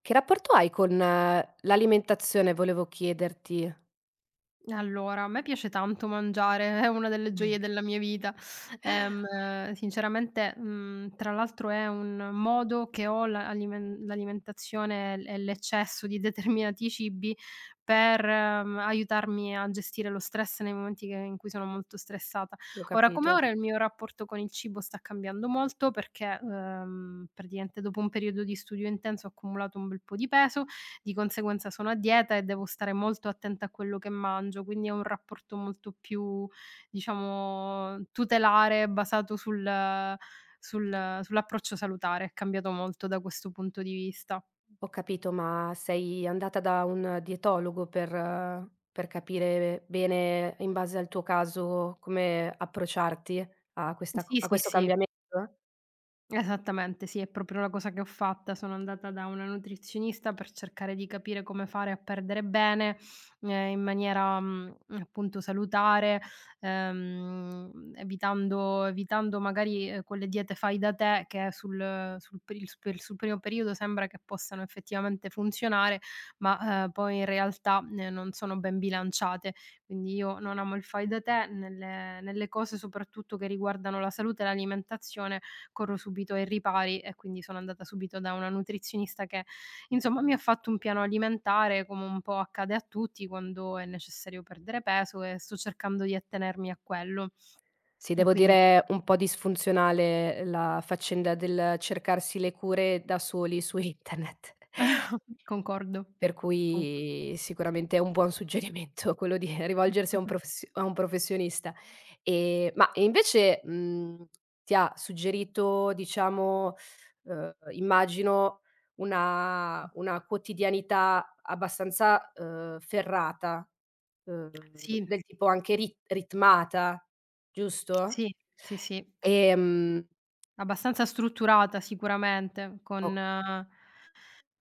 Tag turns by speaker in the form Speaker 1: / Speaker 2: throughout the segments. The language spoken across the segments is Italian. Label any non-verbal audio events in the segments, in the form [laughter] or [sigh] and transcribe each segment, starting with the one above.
Speaker 1: Che rapporto hai con l'alimentazione volevo chiederti.
Speaker 2: Allora, a me piace tanto mangiare, [laughs] è una delle gioie
Speaker 1: Mh,
Speaker 2: della mia vita. Sinceramente, tra l'altro è un modo che ho la alimen l'alimentazione e l'eccesso di determinati cibi per, aiutarmi a gestire lo stress nei momenti che in cui sono molto stressata.
Speaker 1: ho
Speaker 2: Ora come
Speaker 1: capito.
Speaker 2: ora il mio rapporto con il cibo sta cambiando molto perché, praticamente dopo un periodo di studio intenso ho accumulato un bel po' di peso, di conseguenza sono a dieta e devo stare molto attenta a quello che mangio, quindi è un rapporto molto più, diciamo, tutelare, basato sull'approccio salutare. È cambiato molto da questo punto di vista.
Speaker 1: Ho capito, ma sei andata da un dietologo per capire bene, in base al tuo caso, come approcciarti a questa co
Speaker 2: Sì,
Speaker 1: a
Speaker 2: sì,
Speaker 1: questo
Speaker 2: sì.
Speaker 1: cambiamento?
Speaker 2: Esattamente, sì, è proprio la cosa che ho fatta. Sono andata da una nutrizionista per cercare di capire come fare a perdere bene, in maniera, appunto, salutare, evitando magari, quelle diete fai da te che sul primo periodo sembra che possano effettivamente funzionare, ma, poi in realtà, non sono ben bilanciate. Quindi io non amo il fai da te nelle cose, soprattutto che riguardano la salute e l'alimentazione. Corro subito ai ripari e quindi sono andata subito da una nutrizionista che, insomma, mi ha fatto un piano alimentare, come un po' accade a tutti quando è necessario perdere peso, e sto cercando di attenermi a quello.
Speaker 1: Sì, devo
Speaker 2: Quindi
Speaker 1: dire è un po' disfunzionale la faccenda del cercarsi le cure da soli su internet.
Speaker 2: [laughs]
Speaker 1: [laughs]
Speaker 2: concordo.
Speaker 1: Per
Speaker 2: Concordo.
Speaker 1: cui sicuramente è un buon suggerimento [laughs] quello di rivolgersi a un profes a un professionista. Ma e invece, ti ha suggerito, diciamo, immagino una quotidianità abbastanza, ferrata,
Speaker 2: Sì,
Speaker 1: del tipo anche ritmata, giusto?
Speaker 2: sì, sì, sì.
Speaker 1: Ehm,
Speaker 2: Abbastanza strutturata, sicuramente,
Speaker 1: o
Speaker 2: con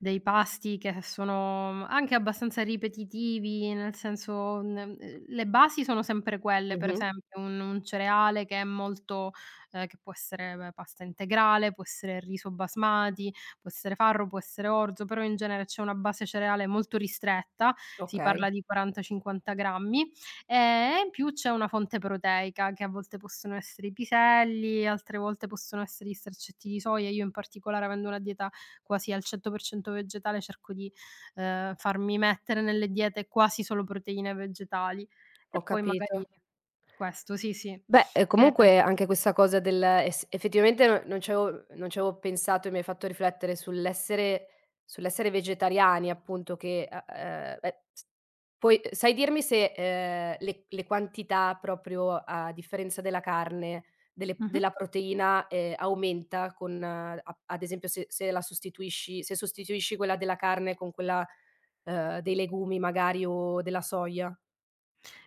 Speaker 2: dei pasti che sono anche abbastanza ripetitivi, nel senso, n le basi sono sempre quelle, per
Speaker 1: mh-mh,
Speaker 2: esempio un cereale che è molto che può essere p pasta integrale, può essere riso basmati, può essere farro, può essere orzo, però in genere c'è una base cereale molto ristretta, si
Speaker 1: okay,
Speaker 2: parla di 40, 50 grammi, e in più c'è una fonte proteica che a volte possono essere i piselli, altre volte possono essere gli straccetti di soia. Io in particolare, avendo una dieta quasi al 100% vegetale, cerco di, farmi mettere nelle diete quasi solo proteine vegetali. E
Speaker 1: ho
Speaker 2: poi
Speaker 1: capito.
Speaker 2: magari questo, sì, sì.
Speaker 1: Beh,
Speaker 2: Ehm
Speaker 1: comunque anche questa cosa del es effettivamente non ci avevo pensato e mi hai fatto riflettere sull'essere vegetariani, appunto, che a beh, s poi sai dirmi se, le quantità, proprio a differenza della carne, delle
Speaker 2: mh-mh.
Speaker 1: della proteina, aumenta con a ad esempio se la sostituisci, se sostituisci quella della carne con quella, dei legumi, magari, o della soia,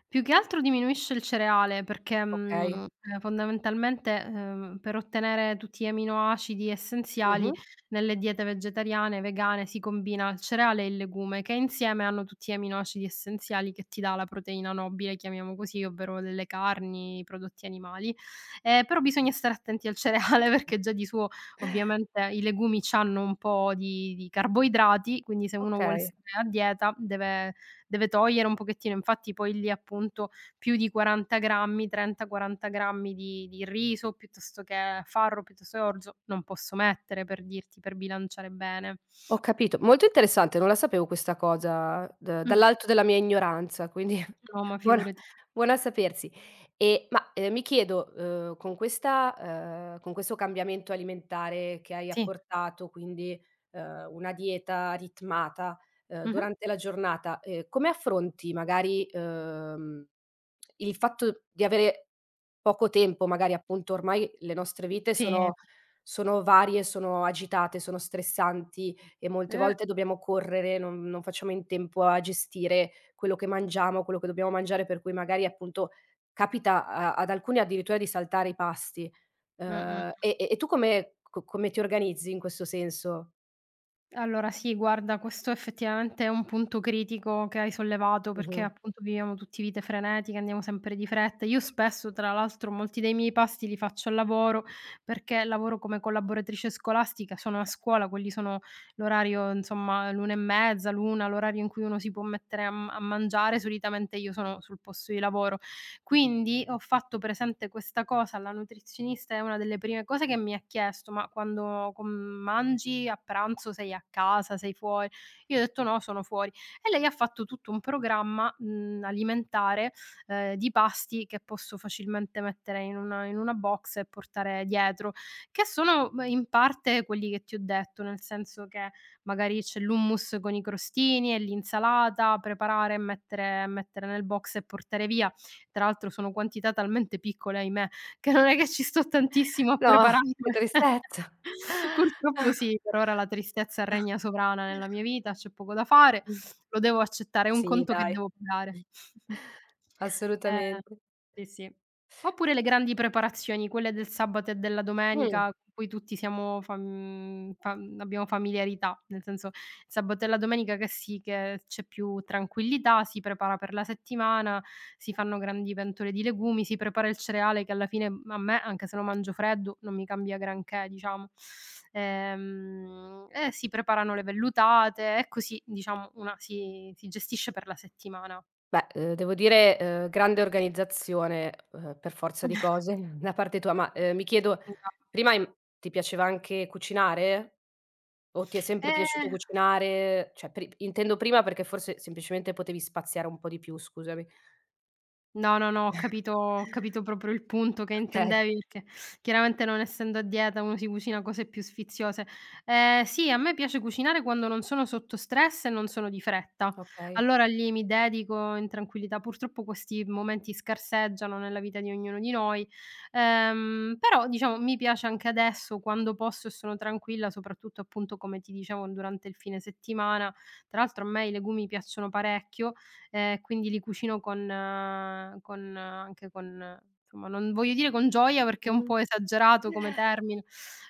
Speaker 2: Più che altro diminuisce il cereale perché,
Speaker 1: okay.
Speaker 2: fondamentalmente, per ottenere tutti gli aminoacidi essenziali
Speaker 1: Mh-mh.
Speaker 2: nelle diete vegetariane e vegane, si combina il cereale e il legume, che insieme hanno tutti gli aminoacidi essenziali che ti dà la proteina nobile, chiamiamo così, ovvero delle carni, i prodotti animali. Però bisogna stare attenti al cereale [laughs] perché già di suo, ovviamente, i legumi c'hanno un po' di carboidrati, quindi se uno vuole
Speaker 1: Okay.
Speaker 2: stare a dieta deve deve togliere un pochettino, infatti poi lì appunto più di 40 grammi, 30, 40 grammi di riso, piuttosto che farro, piuttosto che orzo, non posso mettere, per dirti, per bilanciare bene.
Speaker 1: Ho capito. Molto interessante, non la sapevo questa cosa, d
Speaker 2: Mh.
Speaker 1: dall'alto della mia ignoranza, quindi
Speaker 2: No,
Speaker 1: [laughs]
Speaker 2: ma
Speaker 1: buona
Speaker 2: figurati.
Speaker 1: buona a sapersi. E ma, mi chiedo, con questa con questo cambiamento alimentare che hai
Speaker 2: Sì.
Speaker 1: apportato, quindi, una dieta ritmata,
Speaker 2: Mh-mh.
Speaker 1: durante la giornata, come affronti, magari, il fatto di avere poco tempo, magari, appunto, ormai le nostre vite
Speaker 2: Sì.
Speaker 1: sono varie, sono agitate, sono stressanti e molte
Speaker 2: Eh.
Speaker 1: volte dobbiamo correre, non facciamo in tempo a gestire quello che mangiamo, quello che dobbiamo mangiare, per cui magari appunto capita a ad alcuni addirittura di saltare i pasti.
Speaker 2: Mh-mh.
Speaker 1: E tu come ti organizzi in questo senso?
Speaker 2: Allora sì, guarda, questo effettivamente è un punto critico che hai sollevato, perché
Speaker 1: Mh-mh.
Speaker 2: appunto viviamo tutti vite frenetiche, andiamo sempre di fretta. Io spesso, tra l'altro, molti dei miei pasti li faccio al lavoro perché lavoro come collaboratrice scolastica, sono a scuola, quelli sono l'orario, insomma, l'una e mezza, l'una, l'orario in cui uno si può mettere a, a mangiare. Solitamente io sono sul posto di lavoro, quindi ho fatto presente questa cosa alla nutrizionista, è una delle prime cose che mi ha chiesto: "Ma quando com mangi a pranzo sei a casa, sei fuori?" Io ho detto: "No, sono fuori." E lei ha fatto tutto un programma, alimentare, di pasti che posso facilmente mettere in una box e portare dietro, che sono b in parte quelli che ti ho detto, nel senso che magari c'è l'hummus con i crostini e l'insalata, preparare e mettere nel box e portare via. Tra l'altro sono quantità talmente piccole, ahimè, che non è che ci sto tantissimo a
Speaker 1: No, che
Speaker 2: prepararle. [laughs]
Speaker 1: tristezza.
Speaker 2: Purtroppo sì,
Speaker 1: [laughs]
Speaker 2: per ora la tristezza regna sovrana nella mia vita, c'è poco da fare,
Speaker 1: Mh.
Speaker 2: lo devo accettare, è un
Speaker 1: Sì
Speaker 2: conto che
Speaker 1: dai,
Speaker 2: devo pagare. [laughs] Eh,
Speaker 1: assolutamente.
Speaker 2: sì, sì. Oppure le grandi preparazioni, quelle del sabato e della
Speaker 1: Mh.
Speaker 2: domenica, con cui tutti siamo fam fam abbiamo familiarità, nel senso il sabato e la domenica che sì, che c'è più tranquillità, si prepara per la settimana, si fanno grandi pentole di legumi, si prepara il cereale che alla fine a me, anche se lo mangio freddo, non mi cambia granché, diciamo. E si preparano le vellutate e così, diciamo, una si gestisce per la settimana.
Speaker 1: Beh, devo dire, grande organizzazione, per forza di
Speaker 2: [laughs]
Speaker 1: cose [laughs] da parte tua, ma, mi chiedo
Speaker 2: Esatto.
Speaker 1: prima im ti piaceva anche cucinare? O ti è sempre piaciuto
Speaker 2: Eh
Speaker 1: cucinare? Cioè pri intendo prima, perché forse semplicemente potevi spaziare un po' di più, scusami. [laughs]
Speaker 2: No, no, no, ho capito proprio il punto che
Speaker 1: Okay,
Speaker 2: intendevi, perché chiaramente non essendo a dieta uno si cucina cose più sfiziose. Sì, a me piace cucinare quando non sono sotto stress e non sono di fretta.
Speaker 1: okay.
Speaker 2: Allora lì mi dedico in tranquillità. Purtroppo questi momenti scarseggiano nella vita di ognuno di noi, però diciamo mi piace anche adesso quando posso e sono tranquilla, soprattutto appunto come ti dicevo durante il fine settimana. Tra l'altro a me i legumi piacciono parecchio, quindi li cucino con anche con insomma, non voglio dire con gioia perché è un
Speaker 1: Mh-mh.
Speaker 2: po' esagerato come termine,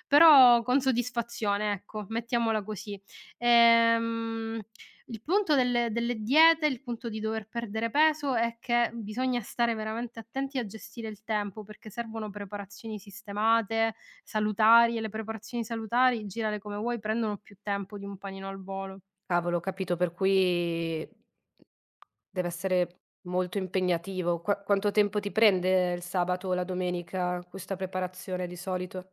Speaker 2: però con soddisfazione, ecco, mettiamola così. Ehm, il punto delle diete, il punto di dover perdere peso è che bisogna stare veramente attenti a gestire il tempo, perché servono preparazioni sistemate, salutari, e le preparazioni salutari, girale come vuoi, prendono più tempo di un panino al volo.
Speaker 1: Cavolo, ho capito, per cui deve essere molto impegnativo. Quanto tempo ti prende il sabato o la domenica questa preparazione di solito?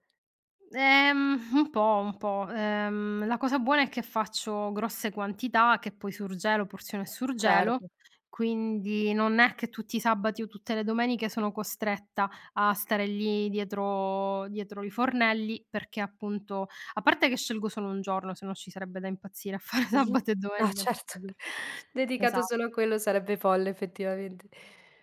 Speaker 2: Un po', un po'. La cosa buona è che faccio grosse quantità che poi surgelo, porziono e surgelo,
Speaker 1: Certo.
Speaker 2: quindi non è che tutti i sabati o tutte le domeniche sono costretta a stare lì dietro i fornelli, perché appunto a parte che scelgo solo un giorno, se no ci sarebbe da impazzire a fare [laughs]
Speaker 1: Mh-mh.
Speaker 2: sabato e
Speaker 1: No,
Speaker 2: domenica tutti i
Speaker 1: certo.
Speaker 2: giorni.
Speaker 1: [laughs]
Speaker 2: Esa
Speaker 1: Dedicato solo a quello sarebbe folle effettivamente.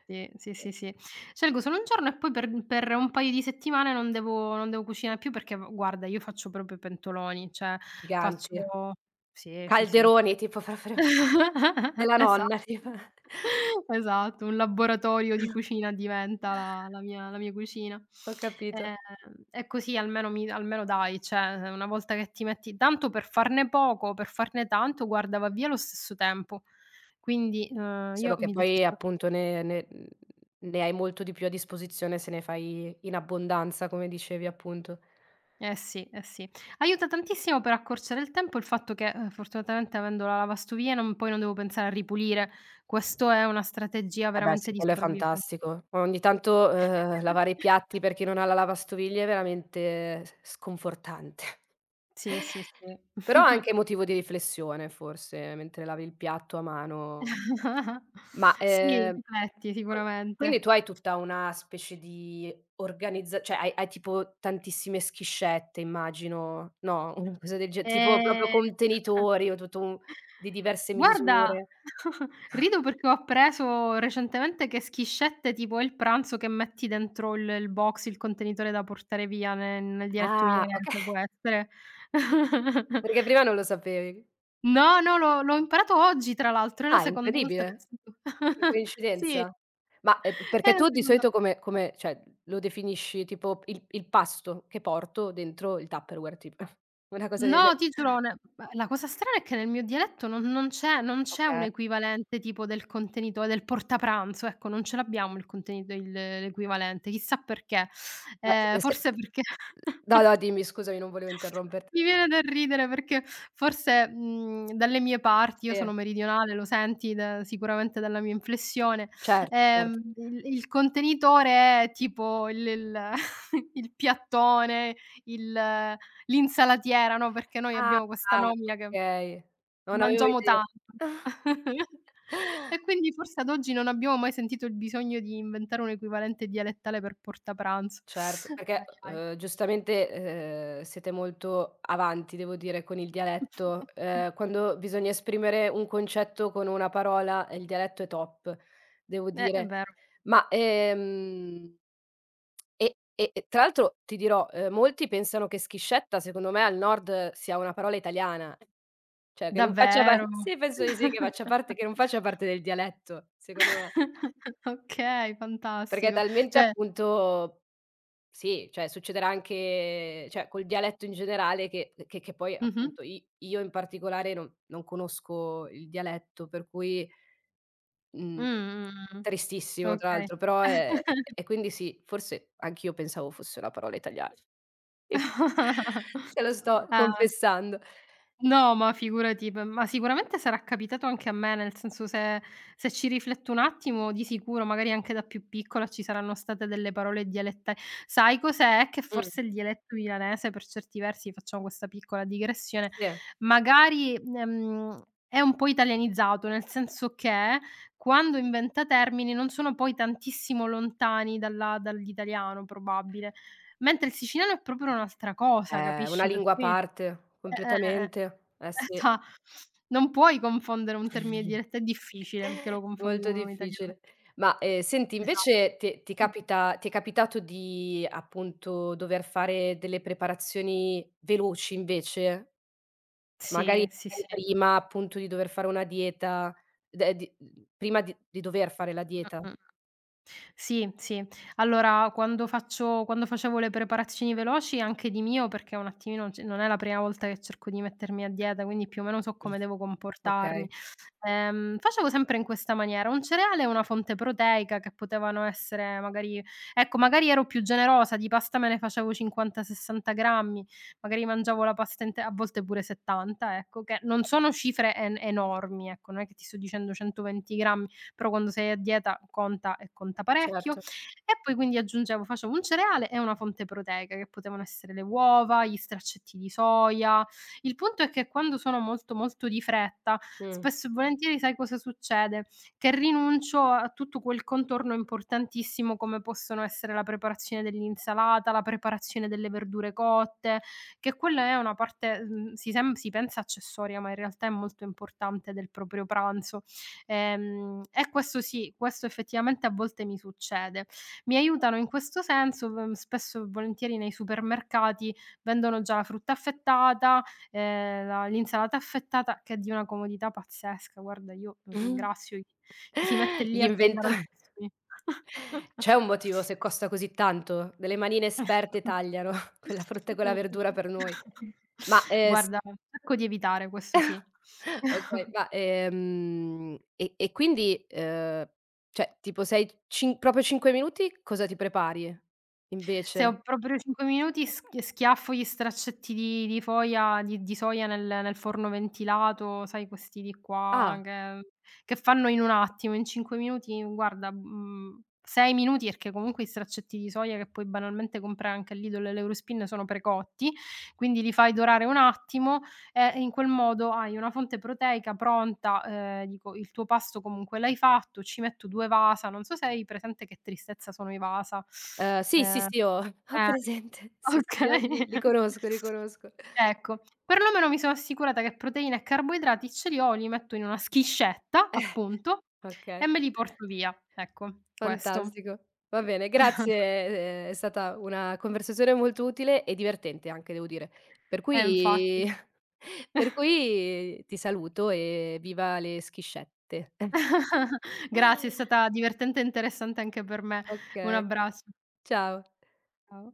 Speaker 2: sì, sì, sì, sì. Scelgo solo un giorno e poi per un paio di settimane non devo cucinare più perché v guarda, io faccio proprio pentoloni, cioè
Speaker 1: Giganti,
Speaker 2: faccio sì, sì, sì.
Speaker 1: calderoni tipo [laughs] proprio
Speaker 2: [laughs]
Speaker 1: della
Speaker 2: Esa
Speaker 1: nonna tipo.
Speaker 2: esatto, un laboratorio di cucina diventa la mia cucina.
Speaker 1: Ho capito.
Speaker 2: E così almeno dai, cioè una volta che ti metti tanto per farne poco, per farne tanto, guarda, va via lo stesso tempo. Quindi, io
Speaker 1: Solo che
Speaker 2: mi
Speaker 1: poi,
Speaker 2: gestisco.
Speaker 1: appunto, ne hai molto di più a disposizione se ne fai in abbondanza, come dicevi appunto.
Speaker 2: Eh sì, eh sì. Aiuta tantissimo per accorciare il tempo il fatto che, fortunatamente, avendo la lavastoviglie non poi non devo pensare a ripulire. Questo è una strategia
Speaker 1: Eh beh
Speaker 2: veramente
Speaker 1: sì,
Speaker 2: di
Speaker 1: quello è
Speaker 2: sopravviven.
Speaker 1: fantastico. Ogni tanto, lavare i piatti per chi non ha la lavastoviglie è veramente s sconfortante.
Speaker 2: Sì, sì,
Speaker 1: Però
Speaker 2: sì.
Speaker 1: anche motivo di riflessione forse, mentre lavi il piatto a mano.
Speaker 2: [laughs]
Speaker 1: Ma,
Speaker 2: Sì, rifletti
Speaker 1: qui quindi tu
Speaker 2: sicuramente.
Speaker 1: hai tutta una specie di organizza cioè hai tipo tantissime schiscette, immagino, no, [laughs] una cosa del ge tipo
Speaker 2: Ehm,
Speaker 1: proprio contenitori o tutto un di diverse
Speaker 2: Guarda,
Speaker 1: misure.
Speaker 2: [laughs] rido perché ho appreso recentemente che schiscette tipo è il pranzo che metti dentro il box, il contenitore da portare via ne nel dialetto
Speaker 1: Ah, oka [laughs]
Speaker 2: milanese, può essere? [laughs]
Speaker 1: perché prima non lo sapevi.
Speaker 2: No, no, l'ho imparato oggi, tra l'altro, è la
Speaker 1: Ah,
Speaker 2: seconda volta che
Speaker 1: incredibile.
Speaker 2: sento.
Speaker 1: Che
Speaker 2: [laughs] Sì.
Speaker 1: coincidenza. Ma, p
Speaker 2: È
Speaker 1: perché
Speaker 2: la
Speaker 1: tu di
Speaker 2: seconda
Speaker 1: solito come cioè, lo definisci tipo il pasto che porto dentro il Tupperware tipo, [laughs] una cosa del
Speaker 2: no,
Speaker 1: ge
Speaker 2: ti giuro, ne ma la cosa strana è che nel mio dialetto non c'è, un
Speaker 1: okay.
Speaker 2: equivalente tipo del contenitore del portapranzo, ecco, non ce l'abbiamo il contenito il l'equivalente, chissà perché.
Speaker 1: Beh, e se
Speaker 2: Forse perché
Speaker 1: no, no, dimmi scusami, non volevo interromperti.
Speaker 2: mi viene da ridere perché forse, dalle mie parti, io
Speaker 1: Sì,
Speaker 2: sono meridionale, lo senti da sicuramente dalla mia inflessione,
Speaker 1: certo, certo.
Speaker 2: il contenitore è tipo il [laughs] il piattone, il l'insalatiera, no, perché noi
Speaker 1: Ah,
Speaker 2: abbiamo questa nomina che
Speaker 1: okay. Non avevo
Speaker 2: mangiamo
Speaker 1: idea.
Speaker 2: tanto. [laughs] E quindi forse ad oggi non abbiamo mai sentito il bisogno di inventare un equivalente dialettale per portapranzo.
Speaker 1: Certo,
Speaker 2: [laughs]
Speaker 1: perché,
Speaker 2: Ai, ai.
Speaker 1: giustamente, siete molto avanti, devo dire, con il dialetto.
Speaker 2: [laughs]
Speaker 1: Quando bisogna esprimere un concetto con una parola, il dialetto è top, devo
Speaker 2: È
Speaker 1: dire.
Speaker 2: vero.
Speaker 1: Ma, e e tra l'altro ti dirò, molti pensano che schiscetta, secondo me, al nord sia una parola italiana, cioè che non faccia pa
Speaker 2: Davvero?
Speaker 1: [laughs] sì, penso di sì, che faccia
Speaker 2: [laughs]
Speaker 1: parte che non faccia parte del dialetto, secondo me,
Speaker 2: Okay,
Speaker 1: perché è
Speaker 2: fantastico.
Speaker 1: talmente
Speaker 2: Cioè
Speaker 1: appunto sì, cioè succederà anche cioè col dialetto in generale che poi,
Speaker 2: mh-mh.
Speaker 1: appunto, i io in particolare non conosco il dialetto, per cui,
Speaker 2: Mh,
Speaker 1: mhmm,
Speaker 2: mh, mh.
Speaker 1: tristissimo tra
Speaker 2: Okay.
Speaker 1: l'altro, però e quindi sì, forse anch'io pensavo fosse una parola italiana. E fa- [laughs]
Speaker 2: [laughs]
Speaker 1: te lo sto
Speaker 2: Ah.
Speaker 1: confessando.
Speaker 2: No, ma figurati, p ma sicuramente sarà capitato anche a me, nel senso se ci rifletto un attimo di sicuro, magari anche da più piccola, ci saranno state delle parole dialetta. Sai cos'è? Che
Speaker 1: Mh,
Speaker 2: forse il dialetto milanese per certi versi, facciamo questa piccola digressione,
Speaker 1: sì,
Speaker 2: magari, è un po' italianizzato, nel senso che quando inventa termini non sono poi tantissimo lontani dalla dall'italiano, probabile, mentre il siciliano è proprio un'altra cosa,
Speaker 1: è una
Speaker 2: capisci? Per
Speaker 1: lingua a
Speaker 2: cui
Speaker 1: parte
Speaker 2: eh.
Speaker 1: completamente, eh sì.
Speaker 2: Esa non puoi confondere un termine
Speaker 1: [laughs]
Speaker 2: dialetto, è difficile che lo confondi
Speaker 1: Molto
Speaker 2: con un italiano.
Speaker 1: difficile. Ma, senti
Speaker 2: Esatto.
Speaker 1: invece
Speaker 2: Sì.
Speaker 1: ti è capitato di, appunto, dover fare delle preparazioni veloci invece? Magari
Speaker 2: Sì, sì, sì.
Speaker 1: magari prima, appunto, di dover fare una dieta, prima di dover fare la dieta.
Speaker 2: Mh-mh. Sì, sì. Allora quando facevo le preparazioni veloci anche di mio, perché un attimino c non è la prima volta che cerco di mettermi a dieta, quindi più o meno so come devo comportarmi.
Speaker 1: Okay,
Speaker 2: Facevo sempre in questa maniera: un cereale e una fonte proteica che potevano essere magari, ecco, magari ero più generosa, di pasta me ne facevo 50, 60 grammi, magari mangiavo la pasta inte a volte pure 70, ecco, che non sono cifre en enormi, ecco, non è che ti sto dicendo 120 grammi, però quando sei a dieta conta, e conta parecchio.
Speaker 1: certo.
Speaker 2: E poi quindi aggiungevo, facevo un cereale e una fonte proteica, che potevano essere le uova, gli straccetti di soia. Il punto è che quando sono molto, molto di fretta,
Speaker 1: Mh.
Speaker 2: spesso e volentieri sai cosa succede? Che rinuncio a tutto quel contorno importantissimo come possono essere la preparazione dell'insalata, la preparazione delle verdure cotte, che quella è una parte, si pensa accessoria, ma in realtà è molto importante del proprio pranzo. E questo sì, questo effettivamente a volte mi succede. Mi aiutano in questo senso, spesso e volentieri nei supermercati vendono già la frutta affettata, la l'insalata affettata, che è di una comodità pazzesca. Guarda, io lo
Speaker 1: [laughs]
Speaker 2: ringrazio chi chi si mette lì
Speaker 1: Gli
Speaker 2: a tagliare
Speaker 1: invento
Speaker 2: al sì.
Speaker 1: c'è un motivo se costa così tanto? Delle manine esperte tagliano [laughs]
Speaker 2: Mh-mh.
Speaker 1: quella frutta e quella verdura per noi.
Speaker 2: [laughs]
Speaker 1: Ma,
Speaker 2: [laughs]
Speaker 1: s
Speaker 2: Guarda, cerco di evitare, questo sì.
Speaker 1: Okay, ma, e quindi, cioè tipo sei cin proprio 5 minuti cosa ti prepari
Speaker 2: Se ho
Speaker 1: invece?
Speaker 2: proprio 5 minuti schiaffo gli straccetti di foia di soia nel forno ventilato, sai questi di qua
Speaker 1: Ah,
Speaker 2: che fanno in un attimo, in 5 minuti, guarda, 6 minuti, perché comunque gli straccetti di soia che puoi banalmente comprare anche al Lidl e all'Eurospin sono precotti, quindi li fai dorare un attimo e in quel modo hai una fonte proteica pronta, dico il tuo pasto comunque l'hai fatto, ci metto 2 vasa, non so se hai presente che tristezza sono i vasa.
Speaker 1: sì, sì,
Speaker 2: Ehm
Speaker 1: sì, ho [laughs] ho
Speaker 2: eh,
Speaker 1: presente. Sì, sì, li ho,
Speaker 2: okay.
Speaker 1: li conosco, li conosco.
Speaker 2: Ecco, perlomeno mi sono assicurata che proteine e carboidrati ce li ho, li metto in una schiscetta,
Speaker 1: [laughs]
Speaker 2: appunto,
Speaker 1: Okay.
Speaker 2: e me li porto via. Ecco, questo.
Speaker 1: Fantastico. Va bene, grazie, è stata una conversazione molto utile e divertente anche, devo dire. Per
Speaker 2: Infatti.
Speaker 1: cui [laughs] per cui ti saluto e viva le schiscette.
Speaker 2: [laughs] Grazie, è
Speaker 1: [laughs]
Speaker 2: stata divertente e interessante anche per me. Un
Speaker 1: Okay,
Speaker 2: abbraccio.
Speaker 1: ciao.
Speaker 2: Ciao.